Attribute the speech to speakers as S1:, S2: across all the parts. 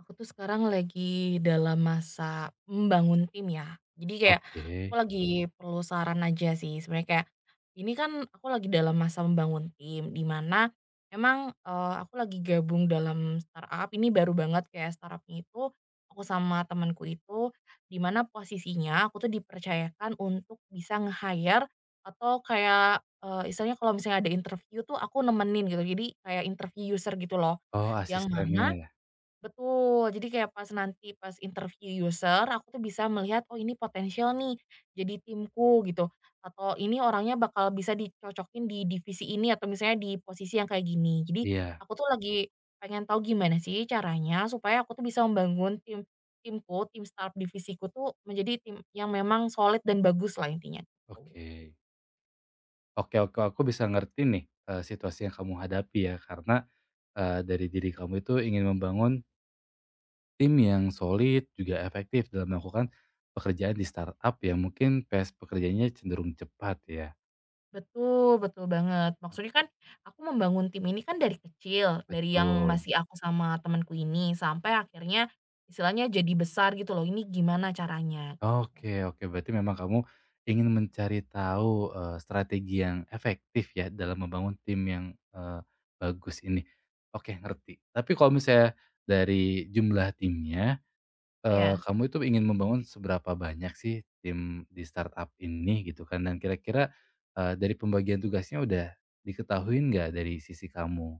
S1: Aku tuh sekarang lagi dalam masa membangun tim ya. Jadi kayak
S2: Oke.
S1: aku lagi perlu saran aja sih. Sebenarnya kayak ini kan aku lagi dalam masa membangun tim di mana emang aku lagi gabung dalam startup. Ini baru banget kayak startupnya itu aku sama temanku itu di mana posisinya aku tuh dipercayakan untuk bisa nge-hire atau kayak istilahnya kalau misalnya ada interview tuh aku nemenin gitu. Jadi kayak interview user gitu loh.
S2: Oh,
S1: Yang
S2: asistennya
S1: mana?
S2: ya?
S1: Betul, jadi kayak pas nanti pas interview user, aku tuh bisa melihat, "Oh ini potensial nih jadi timku," gitu, atau, "Ini orangnya bakal bisa dicocokin di divisi ini atau misalnya di posisi yang kayak gini." Jadi
S2: Iya,
S1: aku tuh lagi pengen tahu gimana sih caranya supaya aku tuh bisa membangun timku, tim startup divisiku tuh menjadi tim yang memang solid dan bagus lah intinya, gitu.
S2: oke. Oke oke, aku bisa ngerti nih, situasi yang kamu hadapi ya, karena, dari diri kamu itu ingin membangun tim yang solid, juga efektif dalam melakukan pekerjaan di startup yang mungkin pace pekerjaannya cenderung cepat ya.
S1: Betul betul banget. Maksudnya kan aku membangun tim ini kan dari kecil, dari yang
S2: Betul.
S1: masih aku sama temanku ini sampai akhirnya istilahnya jadi besar gitu loh, ini gimana caranya.
S2: Oke oke, berarti memang kamu ingin mencari tahu, strategi yang efektif ya dalam membangun tim yang, eee, bagus ini. Oke, ngerti. Tapi kalau misalnya dari jumlah timnya,
S1: Iya.
S2: kamu itu ingin membangun seberapa banyak sih tim di startup ini gitu kan? Dan kira-kira, dari pembagian tugasnya udah diketahui nggak dari sisi kamu?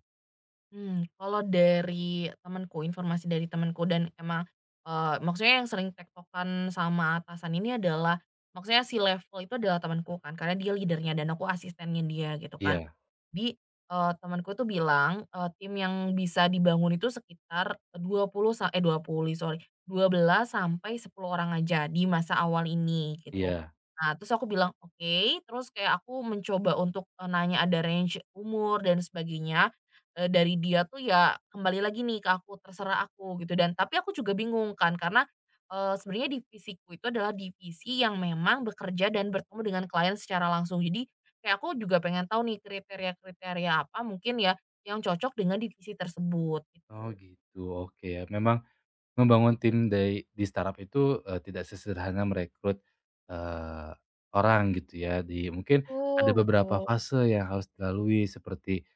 S1: hmm kalau dari temanku Informasi dari temanku dan emang, maksudnya yang sering tektokan sama atasan ini adalah maksudnya si level itu adalah temanku kan, karena dia leader dan aku asistennya dia gitu kan.
S2: Iya
S1: Jadi, temenku tuh bilang, tim yang bisa dibangun itu sekitar 20 sa eh, dua puluh sorry, 12 sampai 10 orang aja di masa awal ini gitu.
S2: iya.
S1: Nah, terus aku bilang, "Oke," terus kayak aku mencoba untuk, nanya ada range umur dan sebagainya, dari dia tuh ya kembali lagi nih ke aku, terserah aku gitu dan tapi aku juga bingung kan karena, sebenarnya divisiku itu adalah divisi yang memang bekerja dan bertemu dengan klien secara langsung. Jadi kayak aku juga pengen tahu nih kriteria-kriteria apa mungkin ya, yang cocok dengan divisi tersebut
S2: Oh
S1: gitu.
S2: gitu, oke ya memang membangun tim dari di startup itu, tidak sesederhana merekrut, eee, orang gitu ya di mungkin ada
S1: Betul
S2: beberapa
S1: betul
S2: fase yang harus dilalui seperti,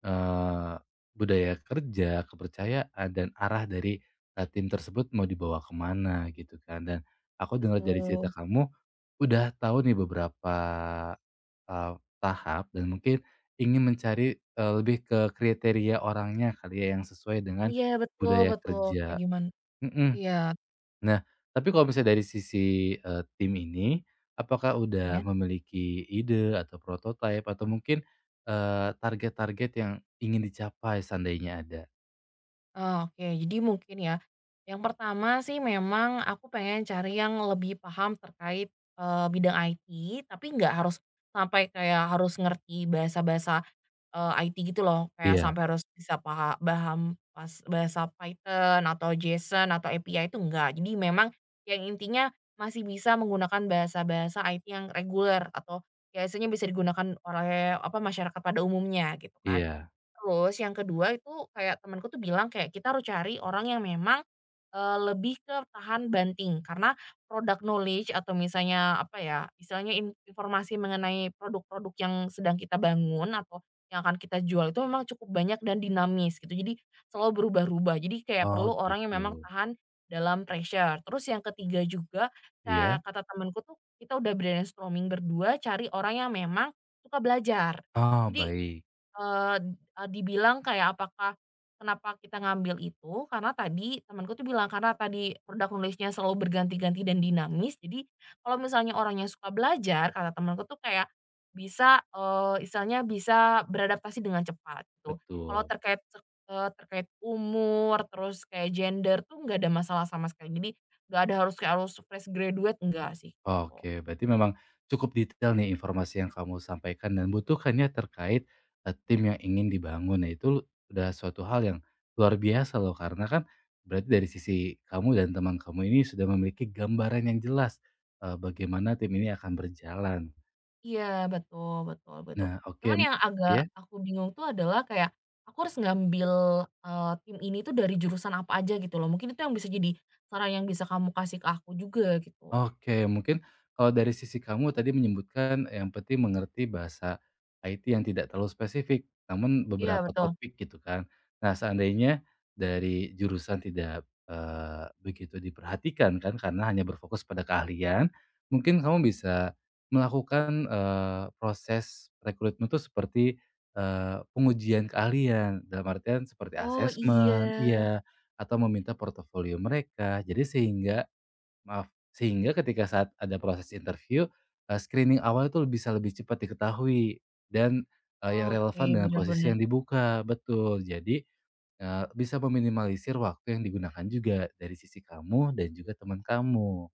S2: eee, budaya kerja, kepercayaan, dan arah dari, tim tersebut mau dibawa kemana gitu kan. Dan aku dengar dari
S1: betul.
S2: cerita kamu, udah tahu nih beberapa, eee, tahap dan mungkin ingin mencari, lebih ke kriteria orangnya kali ya yang sesuai dengan
S1: Iya betul
S2: budaya
S1: betul, kayak
S2: kerja.
S1: gimana.
S2: Mhm.
S1: Iya
S2: Nah, tapi kalau misalnya dari sisi, tim ini, apakah
S1: iya.
S2: udah memiliki ide atau prototipe atau mungkin, target-target yang ingin dicapai seandainya ada?
S1: Oh, oke, jadi mungkin ya, yang pertama sih memang aku pengen cari yang lebih paham terkait, bidang IT, tapi nggak harus sampai kayak harus ngerti bahasa-bahasa IT gitu loh, kayak
S2: Iya
S1: sampai harus bisa paham pas bahasa Python atau JSON atau API itu enggak. Jadi memang yang intinya masih bisa menggunakan bahasa-bahasa IT yang reguler atau biasanya bisa digunakan oleh, apa, masyarakat pada umumnya gitu kan.
S2: iya.
S1: Terus yang kedua itu kayak temanku tuh bilang kayak kita harus cari orang yang memang, lebih ke tahan banting karena product knowledge atau misalnya apa ya, istilahnya informasi mengenai produk-produk yang sedang kita bangun atau yang akan kita jual itu memang cukup banyak dan dinamis gitu. Jadi selalu berubah-ubah. Jadi kayak
S2: Oh
S1: perlu orang yang
S2: gitu.
S1: memang tahan dalam pressure. Terus yang ketiga juga ka
S2: Iya?
S1: kata temanku tuh kita udah brainstorming berdua cari orang yang memang suka belajar.
S2: Oh
S1: Jadi
S2: baik,
S1: Eee, eee, dibilang kayak apakah kenapa kita ngambil itu, karena tadi temanku tuh bilang, karena tadi produk nulisnya selalu berganti-ganti dan dinamis, jadi kalau misalnya orangnya suka belajar, kata temanku tuh kayak bisa, istilahnya bisa beradaptasi dengan cepat, gitu. Kalau
S2: betul.
S1: terkait terkait umur, terus kayak gender tuh nggak ada masalah sama sekali, jadi nggak ada harus kayak harus fresh graduate, enggak sih, gitu.
S2: Oke, berarti memang cukup detail nih informasi yang kamu sampaikan dan butuhkannya terkait tim yang ingin dibangun. Nah, itu udah suatu hal yang luar biasa loh karena kan berarti dari sisi kamu dan teman kamu ini sudah memiliki gambaran yang jelas bagaimana tim ini akan berjalan.
S1: Iya, betul betul betul.
S2: Nah, oke
S1: Cuman yang
S2: ya.
S1: agak aku bingung tuh adalah kayak, aku harus ngambil, tim ini tuh dari jurusan apa aja gitu loh. Mungkin itu yang bisa jadi saran yang bisa kamu kasih ke aku juga gitu.
S2: Oke, mungkin kalau dari sisi kamu tadi menyebutkan yang penting mengerti bahasa IT yang tidak terlalu spesifik, namun
S1: Iya
S2: beberapa
S1: betul.
S2: topik gitu kan. Nah, seandainya dari jurusan tidak begitu diperhatikan kan karena hanya berfokus pada keahlian, mungkin kamu bisa melakukan proses rekrutmen itu seperti pengujian keahlian dalam artian seperti
S1: Oh
S2: asesmen,
S1: iya,
S2: iya, atau meminta portofolio mereka. Jadi sehingga maaf. Sehingga ketika saat ada proses interview, screening awal itu bisa lebih cepat diketahui dan, yang
S1: oke,
S2: relevan dengan
S1: bener
S2: posisi
S1: bener.
S2: yang dibuka, betul. Jadi, bisa meminimalisir waktu yang digunakan juga dari sisi kamu dan juga teman kamu.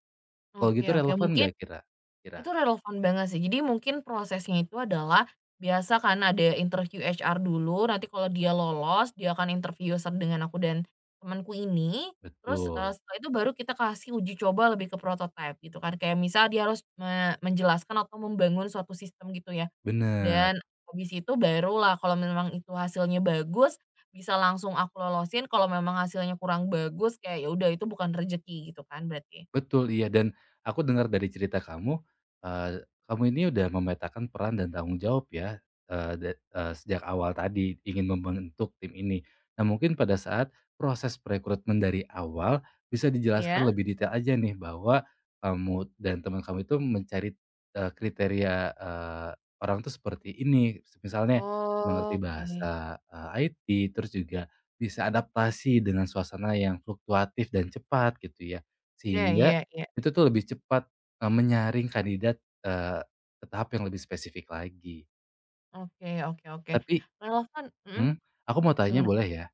S2: Kalau
S1: Oke
S2: gitu
S1: oke,
S2: relevan
S1: mungkin
S2: nggak kira kira?
S1: itu relevan banget sih. Jadi mungkin prosesnya itu adalah, biasa kan ada interview HR dulu, nanti kalau dia lolos, dia akan interview dengan aku dan temanku ini, terus,
S2: Betul,
S1: setelah itu baru kita kasih uji coba lebih ke prototipe gitu kan. Kayak misal dia harus menjelaskan atau membangun suatu sistem gitu ya.
S2: bener.
S1: Dan habis itu barulah kalau memang itu hasilnya bagus, bisa langsung aku lolosin, kalau memang hasilnya kurang bagus, kayak ya udah itu bukan rezeki gitu kan berarti?
S2: Betul, iya, dan aku dengar dari cerita kamu, kamu ini udah memetakan peran dan tanggung jawab ya, sejak awal tadi ingin membentuk tim ini. Nah, mungkin pada saat proses perekrutmen dari awal, bisa dijelaskan
S1: Ya.
S2: lebih detail aja nih bahwa kamu dan teman kamu itu mencari, kriteria, orang tuh seperti ini, misalnya mengerti
S1: Oke.
S2: bahasa, IT, terus juga bisa adaptasi dengan suasana yang fluktuatif dan cepat gitu ya.
S1: Iya iya
S2: Sehingga
S1: iya.
S2: itu tuh lebih cepat, menyaring kandidat, ke tahap yang lebih spesifik lagi.
S1: Oke oke oke.
S2: Tapi
S1: Kalau kan, mhm,
S2: mhm, aku mau tanya
S1: gimana?
S2: boleh ya?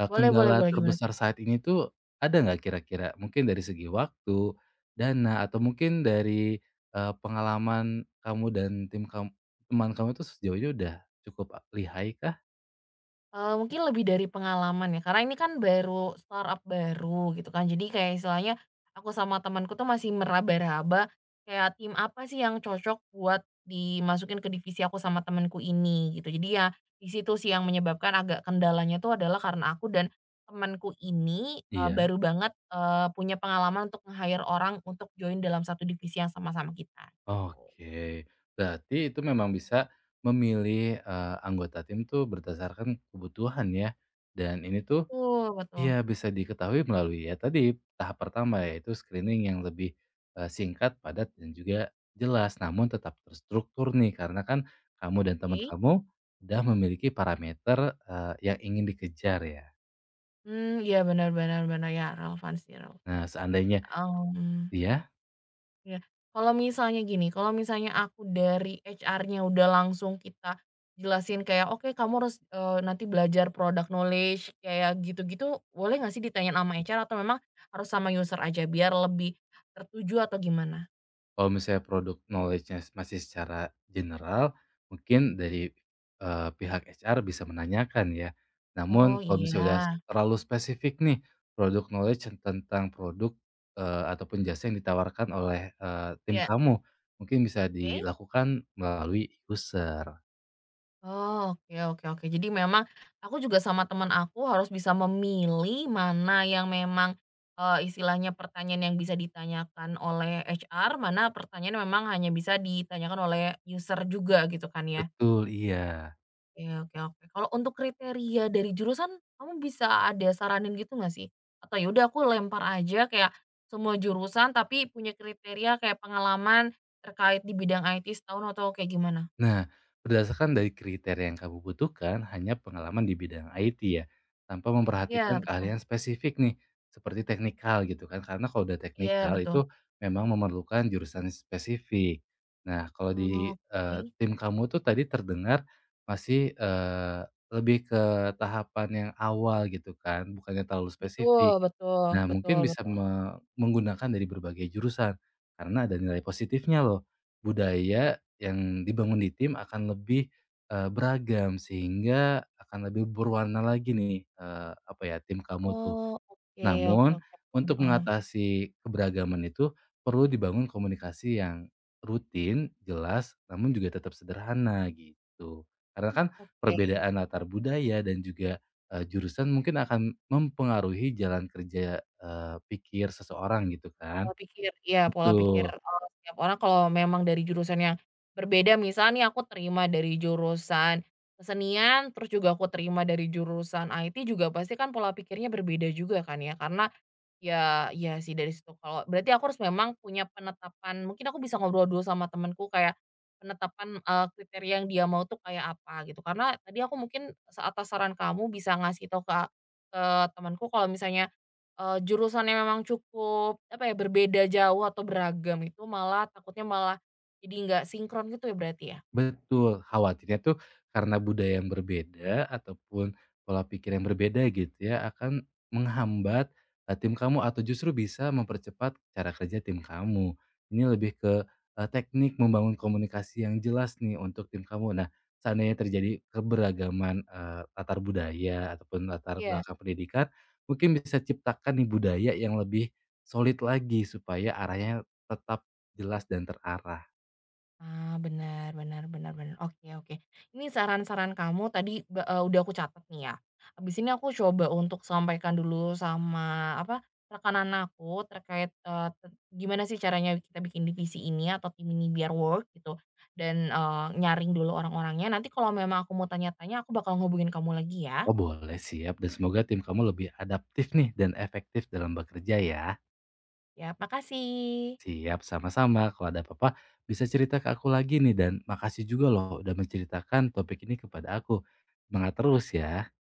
S1: Boleh boleh
S2: Kendala
S1: boleh, gimana
S2: terbesar
S1: tuh?
S2: saat ini tuh ada nggak kira-kira? Mungkin dari segi waktu, dana, atau mungkin dari, pengalaman kamu dan tim teman kamu tuh sejauh ini udah cukup a lihai kah?
S1: Mungkin lebih dari pengalaman ya, karena ini kan baru startup baru gitu kan, jadi kayak istilahnya aku sama temanku tuh masih meraba-raba, kayak tim apa sih yang cocok buat dimasukin ke divisi aku sama temanku ini gitu. Jadi ya di situ sih yang menyebabkan agak kendalanya tuh adalah karena aku dan temanku ini,
S2: Iya?
S1: baru banget, punya pengalaman untuk nge-hire orang untuk join dalam satu divisi yang sama-sama kita, gitu.
S2: Oke. Berarti itu memang bisa memilih, anggota tim tuh berdasarkan kebutuhan ya? Dan ini tuh
S1: Betul betul.
S2: iya, bisa diketahui melalui ya tadi tahap pertama yaitu screening yang lebih, singkat, padat, dan juga jelas, namun tetap terstruktur nih karena kan kamu dan teman
S1: Oke.
S2: kamu udah memiliki parameter, yang ingin dikejar ya.
S1: Iya, benar-benar benar benar, benar. Ya, relevan sih, relevan.
S2: Nah, seandainya
S1: um
S2: dia
S1: Ya. Kalau misalnya gini, kalau misalnya aku dari HR-nya udah langsung kita jelasin kayak, "Oke kamu harus, nanti belajar product knowledge," kayak gitu-gitu, boleh nggak sih ditanyain sama HR atau memang harus sama user aja biar lebih tertuju atau gimana?
S2: kalau misalnya produk knowledge-nya masih secara general, mungkin dari, pihak HR bisa menanyakan ya. Namun
S1: Oh
S2: kalau misalnya udah
S1: iya.
S2: terlalu spesifik nih, produk knowledge tentang produk, ataupun jasa yang ditawarkan oleh, tim
S1: Iya,
S2: kamu, mungkin bisa
S1: oke.
S2: dilakukan melalui user.
S1: Oh, oke oke oke. Jadi memang aku juga sama teman aku harus bisa memilih mana yang memang, istilahnya pertanyaan yang bisa ditanyakan oleh HR, mana pertanyaan yang memang hanya bisa ditanyakan oleh user juga gitu kan ya.
S2: Betul, iya.
S1: Oke oke oke. Kalau untuk kriteria dari jurusan, kamu bisa ada saranin gitu nggak sih? Atau yaudah aku lempar aja kayak semua jurusan tapi punya kriteria kayak pengalaman terkait di bidang IT setahun atau kayak gimana?
S2: Nah, berdasarkan dari kriteria yang kamu butuhkan, hanya pengalaman di bidang IT ya, tanpa
S1: Iya
S2: memperhatikan
S1: betul.
S2: keahlian spesifik nih, seperti teknikal gitu kan, karena kalau udah
S1: Iya
S2: teknikal
S1: betul.
S2: itu memang memerlukan jurusan spesifik. Nah, kalau di
S1: Oke.
S2: tim kamu tuh tadi terdengar masih lebih ke tahapan yang awal gitu kan, bukannya terlalu
S1: Betul
S2: spesifik.
S1: betul
S2: Nah,
S1: betul
S2: mungkin bisa
S1: betul.
S2: menggunakan dari berbagai jurusan, karena ada nilai positifnya loh. Budaya yang dibangun di tim akan lebih, beragam, sehingga akan lebih berwarna lagi nih, apa ya, tim kamu tuh.
S1: Oh, oke oke
S2: Namun,
S1: oke, paham
S2: untuk
S1: paham.
S2: mengatasi keberagaman itu perlu dibangun komunikasi yang rutin, jelas, namun juga tetap sederhana gitu. Karena kan
S1: Oke,
S2: perbedaan latar budaya dan juga jurusan mungkin akan mempengaruhi jalan kerja pikir seseorang gitu
S1: pola
S2: kan.
S1: pikir iya, pola pikir,
S2: Betul.
S1: setiap orang kalau memang dari jurusan yang berbeda, misalnya nih aku terima dari jurusan kesenian, terus juga aku terima dari jurusan IT juga pasti kan pola pikirnya berbeda juga kan ya, karena ya, iya sih dari situ kalau berarti aku harus memang punya penetapan mungkin aku bisa ngobrol dulu sama temanku kayak penetapan, kriteria yang dia mau tuh kayak apa gitu karena tadi aku mungkin atas saran kamu bisa ngasih tahu ke temanku kalau misalnya, jurusannya memang cukup apa ya berbeda jauh atau beragam itu malah takutnya malah jadi nggak sinkron gitu ya berarti ya?
S2: Betul, khawatirnya tuh karena budaya yang berbeda ataupun pola pikir yang berbeda gitu ya akan menghambat, tim kamu atau justru bisa mempercepat cara kerja tim kamu. Ini lebih ke, teknik membangun komunikasi yang jelas nih untuk tim kamu. Nah, seandainya terjadi keberagaman, latar budaya ataupun latar
S1: Iya.
S2: belakang pendidikan, mungkin bisa ciptakan nih budaya yang lebih solid lagi supaya arahnya tetap jelas dan terarah.
S1: Ah, benar benar benar benar. Oke oke. Ini saran-saran kamu tadi udah aku catat nih ya. Habis ini aku coba untuk sampaikan dulu sama, apa, rekanan aku terkait, eee, te gimana sih caranya kita bikin divisi ini atau tim ini biar work gitu dan, nyaring dulu orang-orangnya. Nanti kalau memang aku mau tanya-tanya, aku bakal ngubungin kamu lagi ya.
S2: Oh boleh, siap dan semoga tim kamu lebih adaptif nih dan efektif dalam bekerja ya.
S1: Ya, makasih.
S2: Siap, sama-sama. Kalau ada apa-apa bisa cerita ke aku lagi nih dan makasih juga loh udah menceritakan topik ini kepada aku. Semangat terus ya.